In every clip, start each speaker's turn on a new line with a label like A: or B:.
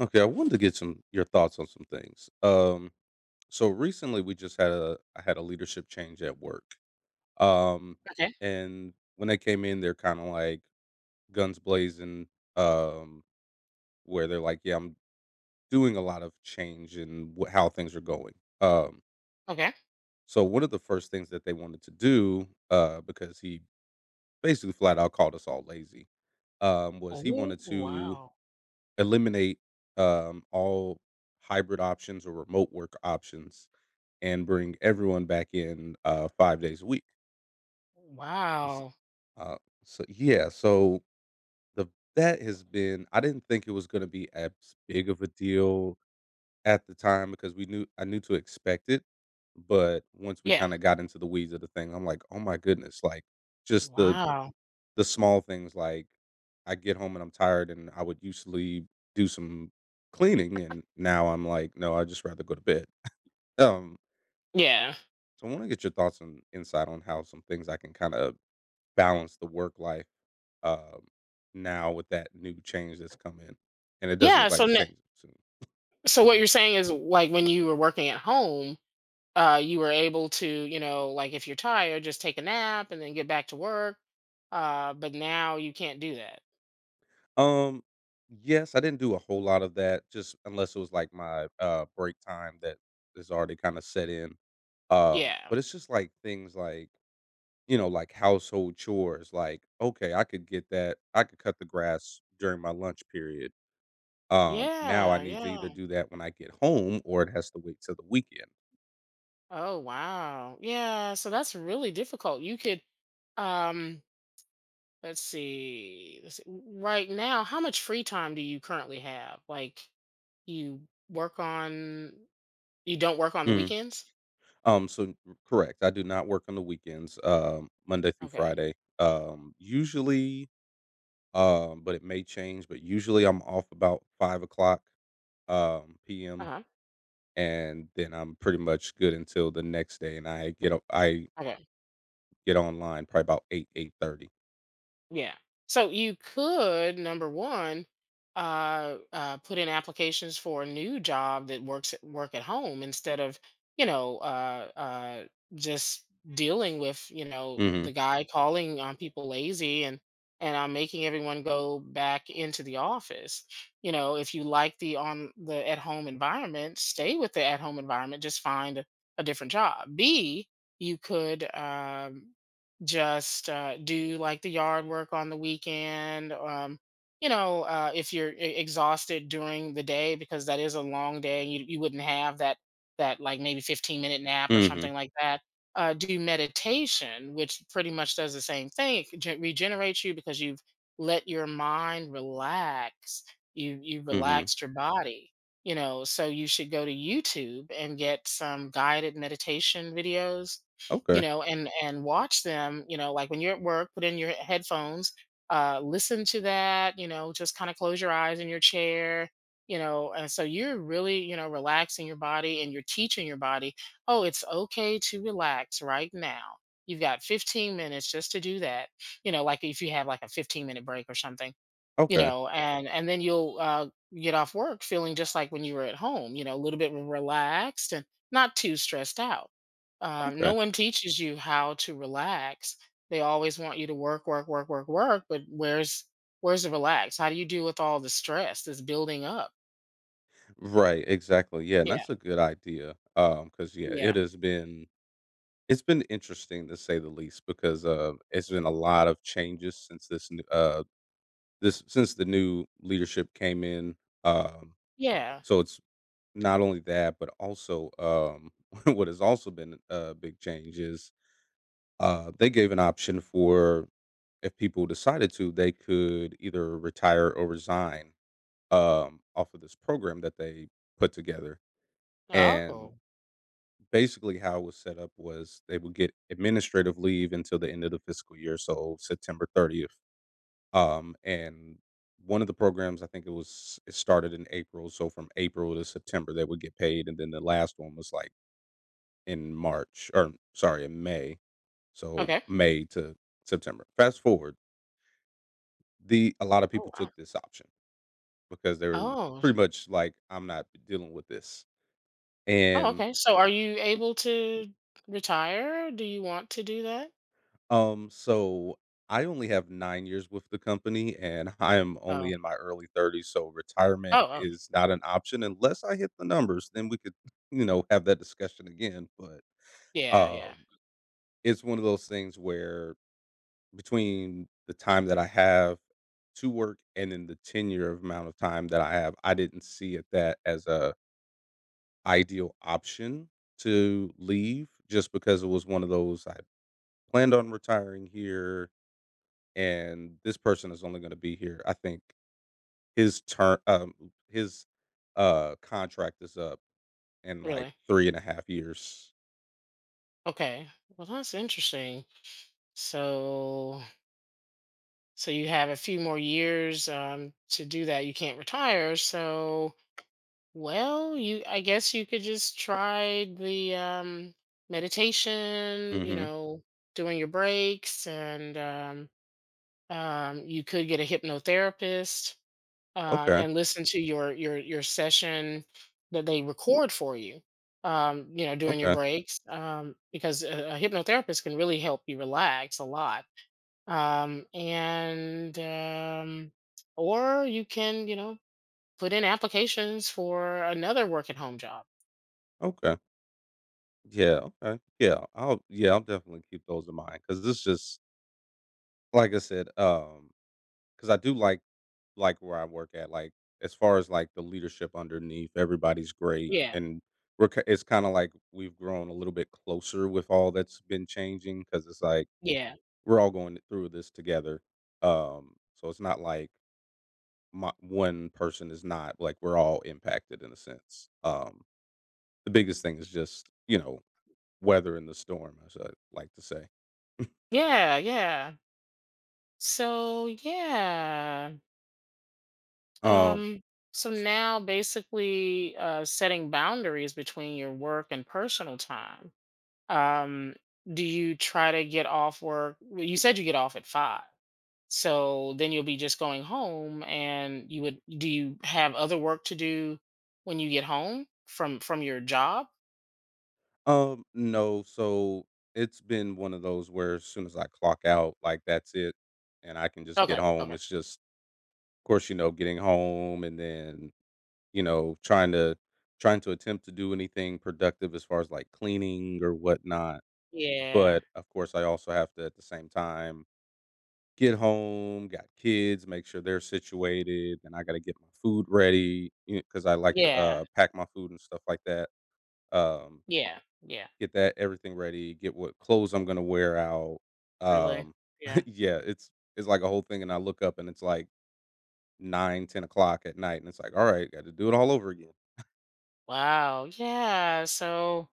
A: Okay, I wanted to get some your thoughts on some things. So recently we just had a I had a leadership change at work. Um,
B: Okay,
A: and when they came in, they're kind of like guns blazing. Um, where they're like, "Yeah, I'm doing a lot of change in how things are going." Um,
B: okay.
A: so one of the first things that they wanted to do, because he basically flat out called us all lazy, was he
B: Oh,
A: wanted to
B: wow.
A: eliminate all hybrid options or remote work options and bring everyone back in 5 days a week. S-
B: Wow.
A: Uh, so yeah, so the That has been. I didn't think it was going to be as big of a deal at the time because we knew I knew to expect it, but once we
B: Yeah.
A: kind of got into the weeds of the thing, I'm like, oh my goodness, like just
B: Wow.
A: the small things like I get home and I'm tired, and I would usually do some cleaning, and now I'm like, no, I would just rather go to bed. Um,
B: Yeah.
A: so I want to get your thoughts and insight on how some things I can kind of balance the work life, um, now with that new change that's come in, and it doesn't
B: Yeah,
A: look like
B: so
A: it's
B: n
A: changing soon.
B: so what you're saying is, like, when you were working at home, you were able to, you know, like, if you're tired, just take a nap and then get back to work, but now you can't do that.
A: Um, yes, I didn't do a whole lot of that, just unless it was like my, break time that is already kinda set in. Um,
B: Yeah.
A: but it's just like things like, you know, like household chores, like, okay, I could cut the grass during my lunch period. Now I
B: Yeah,
A: need to either
B: yeah.
A: do that when I get home or it has to wait till the weekend.
B: Oh, wow. Yeah, so that's really difficult. Um Let's see. Let's see. Right now, how much free time do you currently have? Like, you work on, you don't work on the
A: Mm.
B: weekends?
A: So correct. I do not work on the weekends, Monday through
B: Okay.
A: Friday. Um, usually, but it may change, but usually I'm off about 5 o'clock
B: Uh
A: p.m.,
B: huh.
A: and then I'm pretty much good until the next day and I
B: Okay.
A: get online probably about 8, 8:30.
B: Yeah. So you could, number one, put in applications for a new job that work at home instead of, you know, just dealing with, you know,
A: Mm-hmm.
B: the guy calling on people lazy and making everyone go back into the office. You know, if you like the at home environment, stay with the at home environment. Just find a different job. B, you could just do like the yard work on the weekend. You know, if you're exhausted during the day because that is a long day, you wouldn't have that like maybe 15-minute nap or
A: Mm-hmm.
B: something like that. Do meditation, which pretty much does the same thing. It regenerates you because you've let your mind relax. You
A: Mm-hmm.
B: relaxed your body. You know, so you should go to YouTube and get some guided meditation videos, you
A: Okay.
B: know, and watch them, you know, like when you're at work, put in your headphones, listen to that, you know, just kind of close your eyes in your chair, you know, and so you're really, you know, relaxing your body, and you're teaching your body, oh, it's okay to relax right now. You've got 15 minutes just to do that. You know, like if you have like a 15-minute break or something, you
A: Okay.
B: know, and then you'll get off work feeling just like when you were at home, you know, a little bit relaxed and not too stressed out. Um, no
A: Okay.
B: one teaches you how to relax. They always want you to work work work work work, but where's the relax? How do you deal with all the stress that's building up?
A: Right, exactly. Yeah, and
B: Yeah,
A: that's a good idea. Because yeah, it
B: yeah,
A: has been it's been interesting to say the least because, it's been a lot of changes since this new this since the new leadership came in, um,
B: yeah.
A: so it's not only that, but also, what has also been a big change is, they gave an option for if people decided to, they could either retire or resign, off of this program that they put together, and
B: Oh,
A: basically how it was set up was they would get administrative leave until the end of the fiscal year, so September 30th. And one of the programs, I think it was, it started in April. So from April to September, they would get paid. And then the last one was like in March, or sorry, in May. So
B: okay.
A: May to September. Fast forward, the a lot of people
B: Oh, wow.
A: took this option because they were
B: Oh,
A: pretty much like, I'm not dealing with this.
B: oh,
A: And
B: okay. So are you able to retire? Do you want to do that?
A: So I only have 9 years with the company, and I am only
B: Oh,
A: in my early 30s, so retirement
B: oh, oh,
A: is not an option unless I hit the numbers, then we could, you know, have that discussion again, but,
B: yeah, yeah.
A: um, it's one of those things where between the time that I have to work and then the tenure of amount of time that I have, I didn't see it that as a ideal option to leave just because it was one of those I planned on retiring here and this person is only going to be here. I think his turn, his contract is up in like
B: Really.
A: three and a half years.
B: Okay. Well, that's interesting. So, so you have a few more years to do that. You can't retire. So, well, you, I guess you could just try the meditation. You
A: Mm-hmm.
B: know, doing your breaks, and you could get a hypnotherapist,
A: Okay.
B: and listen to your your session that they record for you. You know, during your
A: Okay.
B: breaks, because a hypnotherapist can really help you relax a lot. And or you can, you know, put in applications for another work at home job.
A: Okay. Yeah. Okay. Yeah. I'll. Yeah. I'll definitely keep those in mind because this just like I said. Because I do like where I work at. Like as far as like the leadership underneath, everybody's great,
B: Yeah,
A: and it's kind of like we've grown a little bit closer with all that's been changing because it's like
B: yeah,
A: we're all going through this together. So it's not like my, one person is not like we're all impacted in a sense. The biggest thing is just weather in the storm, as I like to say.
B: yeah, yeah. So yeah.
A: Um,
B: Um, so
A: s-
B: now basically, setting boundaries between your work and personal time. Um, do you try to get off work? Well, you said you get off at five, so then you'll be just going home, and you would do you have other work to do when you get home from your job?
A: no, so it's been one of those where as soon as I clock out, like that's it, and I can just get
B: Okay,
A: home.
B: okay.
A: It's just, of course, you know, getting home and then you know trying to attempt to do anything productive as far as like cleaning or whatnot.
B: Yeah,
A: But, of course, I also have to, at the same time, get home, got kids, make sure they're situated, and I gotta get my food ready, because I like to,
B: yeah,
A: pack my food and stuff like that. Um,
B: yeah, yeah.
A: get that everything ready, get what clothes I'm gonna wear out.
B: Really.
A: Um,
B: Yeah.
A: yeah, it's like a whole thing, and I look up, and it's like 9, 10 o'clock at night, and it's like, "Alright, gotta do it all over again."
B: Wow. Yeah. So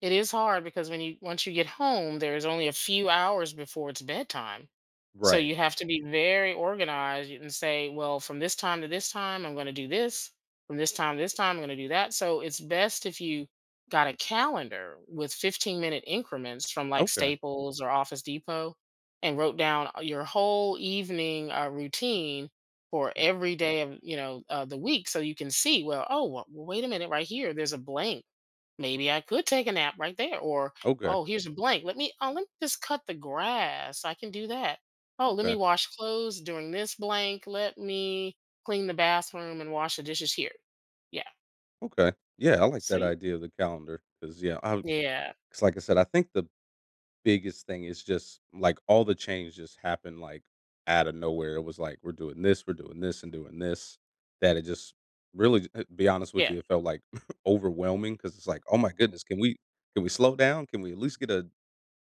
B: it is hard because when you once you get home, there's only a few hours before it's bedtime. So
A: Right.
B: you have to be very organized and say, well, from this time to this time, I'm going to do this. From this time to this time, I'm going to do that. So it's best if you got a calendar with 15-minute increments from like
A: Okay.
B: Staples or Office Depot, and wrote down your whole evening routine for
A: Yeah.
B: every day of, you know, the week, so you can see, well, wait a minute, right here there's a blank, maybe I could take a nap right there. Or
A: Okay.
B: oh, here's a blank, let me oh, let me just cut the grass, I can do that. Oh, let me
A: Okay.
B: wash clothes during this blank, let me clean the bathroom and wash the dishes here. Yeah.
A: Okay. Yeah, I like
B: so
A: that
B: y-
A: idea of the calendar because yeah, I
B: yeah,
A: because like I said, I think the biggest thing is just, like, all the change just happened, like, out of nowhere. It was like, we're doing this, and doing this, that it just really be honest with
B: yeah,
A: you, it felt, like, overwhelming because it's like, "Oh my goodness, can we slow down? Can we at least get a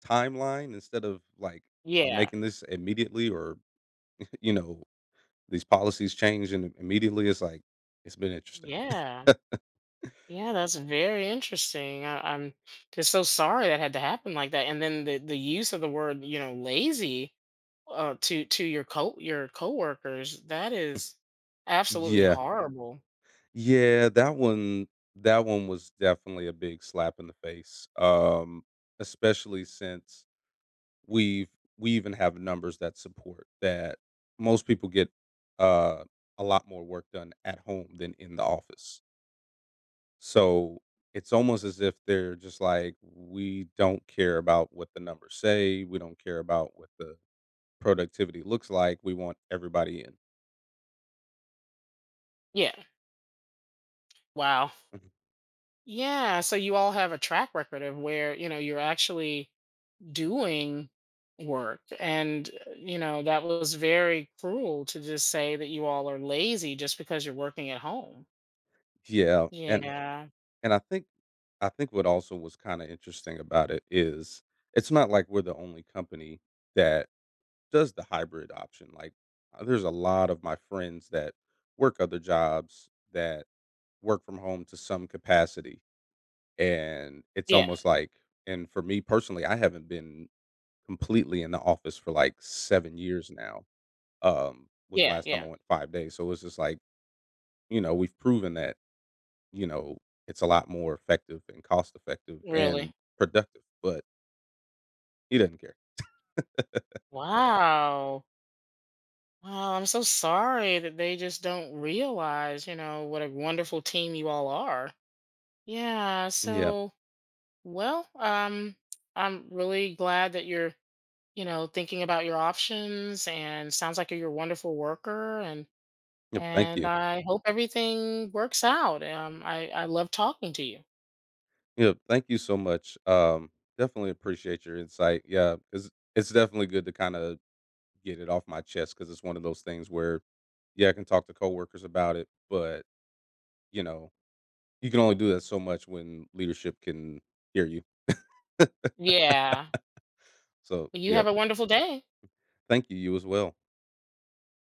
A: timeline instead of, like, I'm
B: yeah,
A: making this immediately or, you know, these policies change and immediately?" It's like, it's been interesting.
B: yeah. Yeah, that's very interesting. I'm just so sorry that had to happen like that. And then the use of the word, you know, lazy, to your co your coworkers, that is absolutely Yeah.
A: Yeah.
B: horrible.
A: Yeah, that one was definitely a big slap in the face. Especially since we've we even have numbers that support that most people get uh a lot more work done at home than in the office. So it's almost as if they're just like, we don't care about what the numbers say, we don't care about what the productivity looks like, we want everybody in.
B: Yeah. Wow. Yeah. So you all have a track record of where, you know, you're actually doing work. And, you know, that was very cruel to just say that you all are lazy just because you're working at home.
A: Yeah,
B: Yeah.
A: and I think what also was kinda interesting about it is it's not like we're the only company that does the hybrid option, like, there's a lot of my friends that work other jobs that work from home to some capacity, and it's
B: Yeah.
A: almost like and for me personally, I haven't been completely in the office for, like, 7 years now. Was the
B: Yeah.
A: last time
B: Yeah.
A: I went 5 days, so it's just like, you know, we've proven that, you know, it's a lot more effective and cost effective and
B: Really.
A: productive, but he doesn't care.
B: Wow. Wow, I'm so sorry that they just don't realize, you know, what a wonderful team you all are. Yeah,
A: Yeah.
B: so well, I'm really glad that you're, you know, thinking about your options, and sounds like you're a wonderful worker,
A: Yep, thank
B: and
A: you.
B: I hope everything works out. Um, I love talking to you.
A: Yep, thank you so much. Definitely appreciate your insight. Yeah, because it's definitely good to kinda get it off my chest because it's one of those things where, yeah, I can talk to coworkers about it, but, you know, you can only do that so much when leadership can hear you.
B: Yeah.
A: So,
B: Well, you
A: yeah,
B: have a wonderful day.
A: thank you, you as well.